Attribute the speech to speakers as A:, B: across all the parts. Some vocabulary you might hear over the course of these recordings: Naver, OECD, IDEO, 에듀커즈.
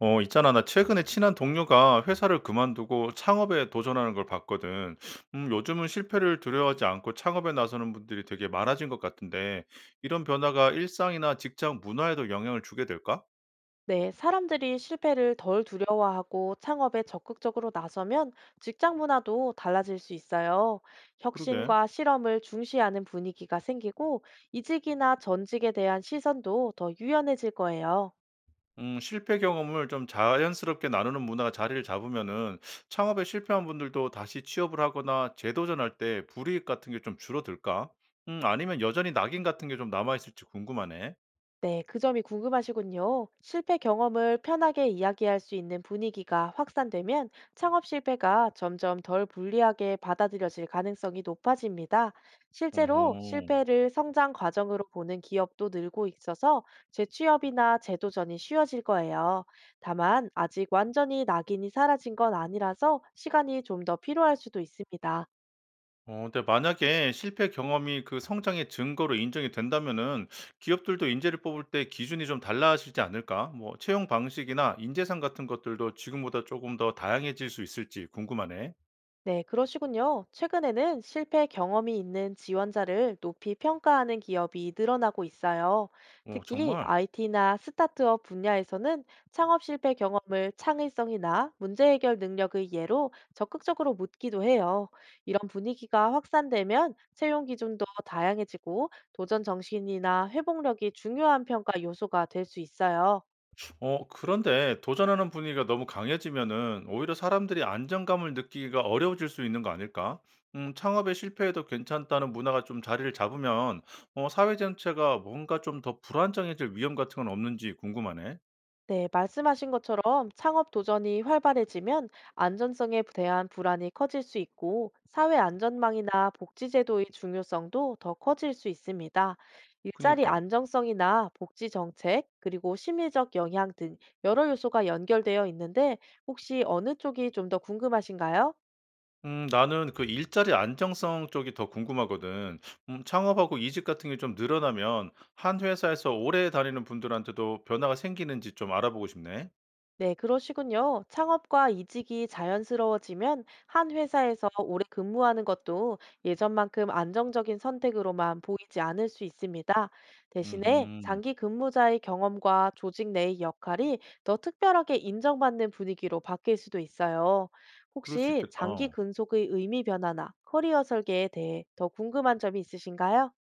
A: 어, 있잖아. 나 최근에 친한 동료가 회사를 그만두고 창업에 도전하는 걸 봤거든. 요즘은 실패를 두려워하지 않고 창업에 나서는 분들이 되게 많아진 것 같은데, 이런 변화가 일상이나 직장 문화에도 영향을 주게 될까?
B: 네, 사람들이 실패를 덜 두려워하고 창업에 적극적으로 나서면 직장 문화도 달라질 수 있어요.
A: 그러게.
B: 혁신과 실험을 중시하는 분위기가 생기고 이직이나 전직에 대한 시선도 더 유연해질 거예요.
A: 실패 경험을 좀 자연스럽게 나누는 문화가 자리를 잡으면은 창업에 실패한 분들도 다시 취업을 하거나 재도전할 때 불이익 같은 게 좀 줄어들까? 아니면 여전히 낙인 같은 게 좀 남아있을지 궁금하네.
B: 네, 그 점이 궁금하시군요. 실패 경험을 편하게 이야기할 수 있는 분위기가 확산되면 창업 실패가 점점 덜 불리하게 받아들여질 가능성이 높아집니다. 실제로
A: 어허.
B: 실패를 성장 과정으로 보는 기업도 늘고 있어서 재취업이나 재도전이 쉬워질 거예요. 다만 아직 완전히 낙인이 사라진 건 아니라서 시간이 좀 더 필요할 수도 있습니다.
A: 어 근데 만약에 실패 경험이 그 성장의 증거로 인정이 된다면은 기업들도 인재를 뽑을 때 기준이 좀 달라지지 않을까? 뭐 채용 방식이나 인재상 같은 것들도 지금보다 조금 더 다양해질 수 있을지 궁금하네.
B: 네, 그러시군요. 최근에는 실패 경험이 있는 지원자를 높이 평가하는 기업이 늘어나고 있어요.
A: 어
B: 특히
A: 정말?
B: IT나 스타트업 분야에서는 창업 실패 경험을 창의성이나 문제 해결 능력의 예로 적극적으로 묻기도 해요. 이런 분위기가 확산되면 채용 기준도 다양해지고 도전 정신이나 회복력이 중요한 평가 요소가 될 수 있어요.
A: 어 그런데 도전하는 분위기가 너무 강해지면은 오히려 사람들이 안정감을 느끼기가 어려워질 수 있는 거 아닐까? 창업에 실패해도 괜찮다는 문화가 좀 자리를 잡으면 어 사회 전체가 뭔가 좀 더 불안정해질 위험 같은 건 없는지 궁금하네.
B: 네, 말씀하신 것처럼 창업 도전이 활발해지면 안전성에 대한 불안이 커질 수 있고 사회 안전망이나 복지제도의 중요성도 더 커질 수 있습니다. 일자리
A: 그니까.
B: 안정성이나 복지 정책, 그리고 심리적 영향 등 여러 요소가 연결되어 있는데 혹시 어느 쪽이 좀 더 궁금하신가요?
A: 나는 그 일자리 안정성 쪽이 더 궁금하거든. 창업하고 이직 같은 게 좀 늘어나면 한 회사에서 오래 다니는 분들한테도 변화가 생기는지 좀 알아보고 싶네.
B: 네, 그러시군요. 창업과 이직이 자연스러워지면 한 회사에서 오래 근무하는 것도 예전만큼 안정적인 선택으로만 보이지 않을 수 있습니다. 대신에
A: 음
B: 장기 근무자의 경험과 조직 내의 역할이 더 특별하게 인정받는 분위기로 바뀔 수도 있어요.
A: 그럴 수
B: 혹시 장기
A: 있겠다.
B: 근속의 의미 변화나 커리어 설계에 대해 더 궁금한 점이 있으신가요?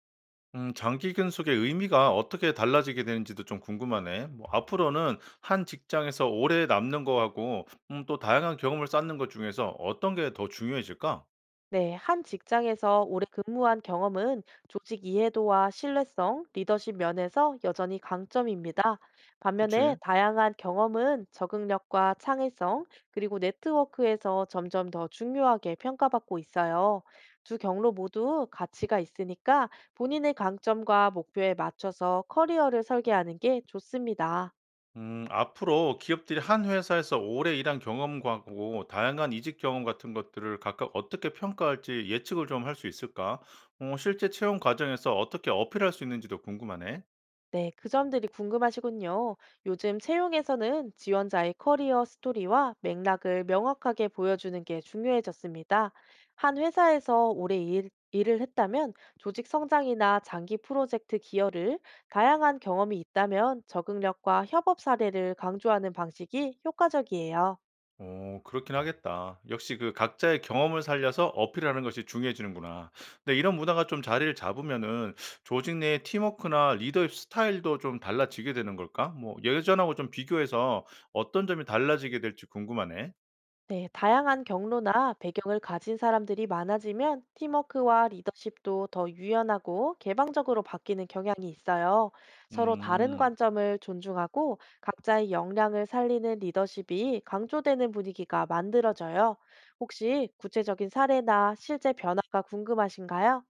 A: 장기 근속의 의미가 어떻게 달라지게 되는지도 좀 궁금하네. 뭐 앞으로는 한 직장에서 오래 남는 거하고 또 다양한 경험을 쌓는 것 중에서 어떤 게 더 중요해질까?
B: 네, 한 직장에서 오래 근무한 경험은 조직 이해도와 신뢰성, 리더십 면에서 여전히 강점입니다. 반면에
A: 그치?
B: 다양한 경험은 적응력과 창의성, 그리고 네트워크에서 점점 더 중요하게 평가받고 있어요. 두 경로 모두 가치가 있으니까 본인의 강점과 목표에 맞춰서 커리어를 설계하는 게 좋습니다.
A: 앞으로 기업들이 한 회사에서 오래 일한 경험과 고 다양한 이직 경험 같은 것들을 각각 어떻게 평가할지 예측을 좀 할 수 있을까? 어, 실제 채용 과정에서 어떻게 어필할 수 있는지도 궁금하네.
B: 네, 그 점들이 궁금하시군요. 요즘 채용에서는 지원자의 커리어 스토리와 맥락을 명확하게 보여주는 게 중요해졌습니다. 한 회사에서 오래 일을 했다면 조직 성장이나 장기 프로젝트 기여를, 다양한 경험이 있다면 적응력과 협업 사례를 강조하는 방식이 효과적이에요.
A: 오 그렇긴 하겠다. 역시 그 각자의 경험을 살려서 어필하는 것이 중요해지는구나. 근데 이런 문화가 좀 자리를 잡으면은 조직 내의 팀워크나 리더십 스타일도 좀 달라지게 되는 걸까? 뭐 예전하고 좀 비교해서 어떤 점이 달라지게 될지 궁금하네.
B: 네, 다양한 경로나 배경을 가진 사람들이 많아지면 팀워크와 리더십도 더 유연하고 개방적으로 바뀌는 경향이 있어요. 서로 다른
A: 음.
B: 관점을 존중하고 각자의 역량을 살리는 리더십이 강조되는 분위기가 만들어져요. 혹시 구체적인 사례나 실제 변화가 궁금하신가요?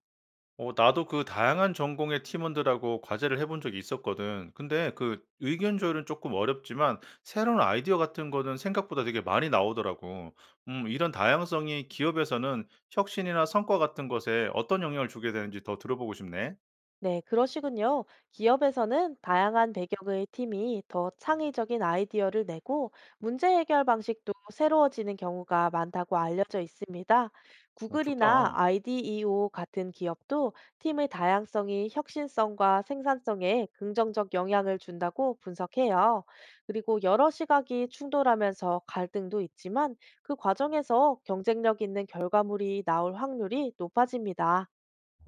A: 어 나도 그 다양한 전공의 팀원들하고 과제를 해본 적이 있었거든. 근데 그 의견 조율은 조금 어렵지만 새로운 아이디어 같은 거는 생각보다 되게 많이 나오더라고. 이런 다양성이 기업에서는 혁신이나 성과 같은 것에 어떤 영향을 주게 되는지 더 들어보고 싶네.
B: 네, 그러시군요. 기업에서는 다양한 배경의 팀이 더 창의적인 아이디어를 내고 문제 해결 방식도 새로워지는 경우가 많다고 알려져 있습니다.
A: 어
B: 구글이나
A: 좋다.
B: IDEO 같은 기업도 팀의 다양성이 혁신성과 생산성에 긍정적 영향을 준다고 분석해요. 그리고 여러 시각이 충돌하면서 갈등도 있지만 그 과정에서 경쟁력 있는 결과물이 나올 확률이 높아집니다.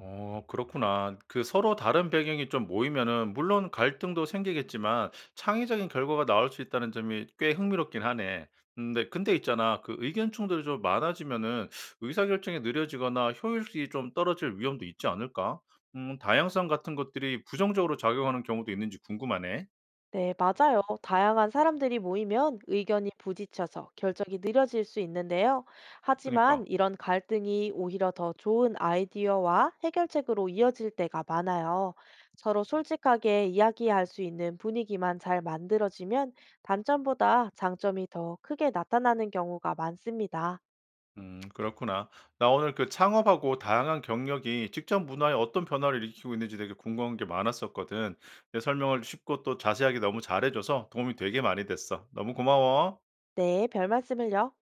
A: 어 그렇구나. 그 서로 다른 배경이 좀 모이면은 물론 갈등도 생기겠지만 창의적인 결과가 나올 수 있다는 점이 꽤 흥미롭긴 하네. 근데 있잖아. 그 의견 충돌이 좀 많아지면은 의사결정이 느려지거나 효율이 좀 떨어질 위험도 있지 않을까? 다양성 같은 것들이 부정적으로 작용하는 경우도 있는지 궁금하네.
B: 네, 맞아요. 다양한 사람들이 모이면 의견이 부딪혀서 결정이 느려질 수 있는데요. 하지만
A: 그니까.
B: 이런 갈등이 오히려 더 좋은 아이디어와 해결책으로 이어질 때가 많아요. 서로 솔직하게 이야기할 수 있는 분위기만 잘 만들어지면 단점보다 장점이 더 크게 나타나는 경우가 많습니다.
A: 그렇구나. 나 오늘 그 창업하고 다양한 경력이 직장 문화에 어떤 변화를 일으키고 있는지 되게 궁금한 게 많았었거든. 내 설명을 쉽고 또 자세하게 너무 잘해줘서 도움이 되게 많이 됐어. 너무 고마워.
B: 네, 별 말씀을요.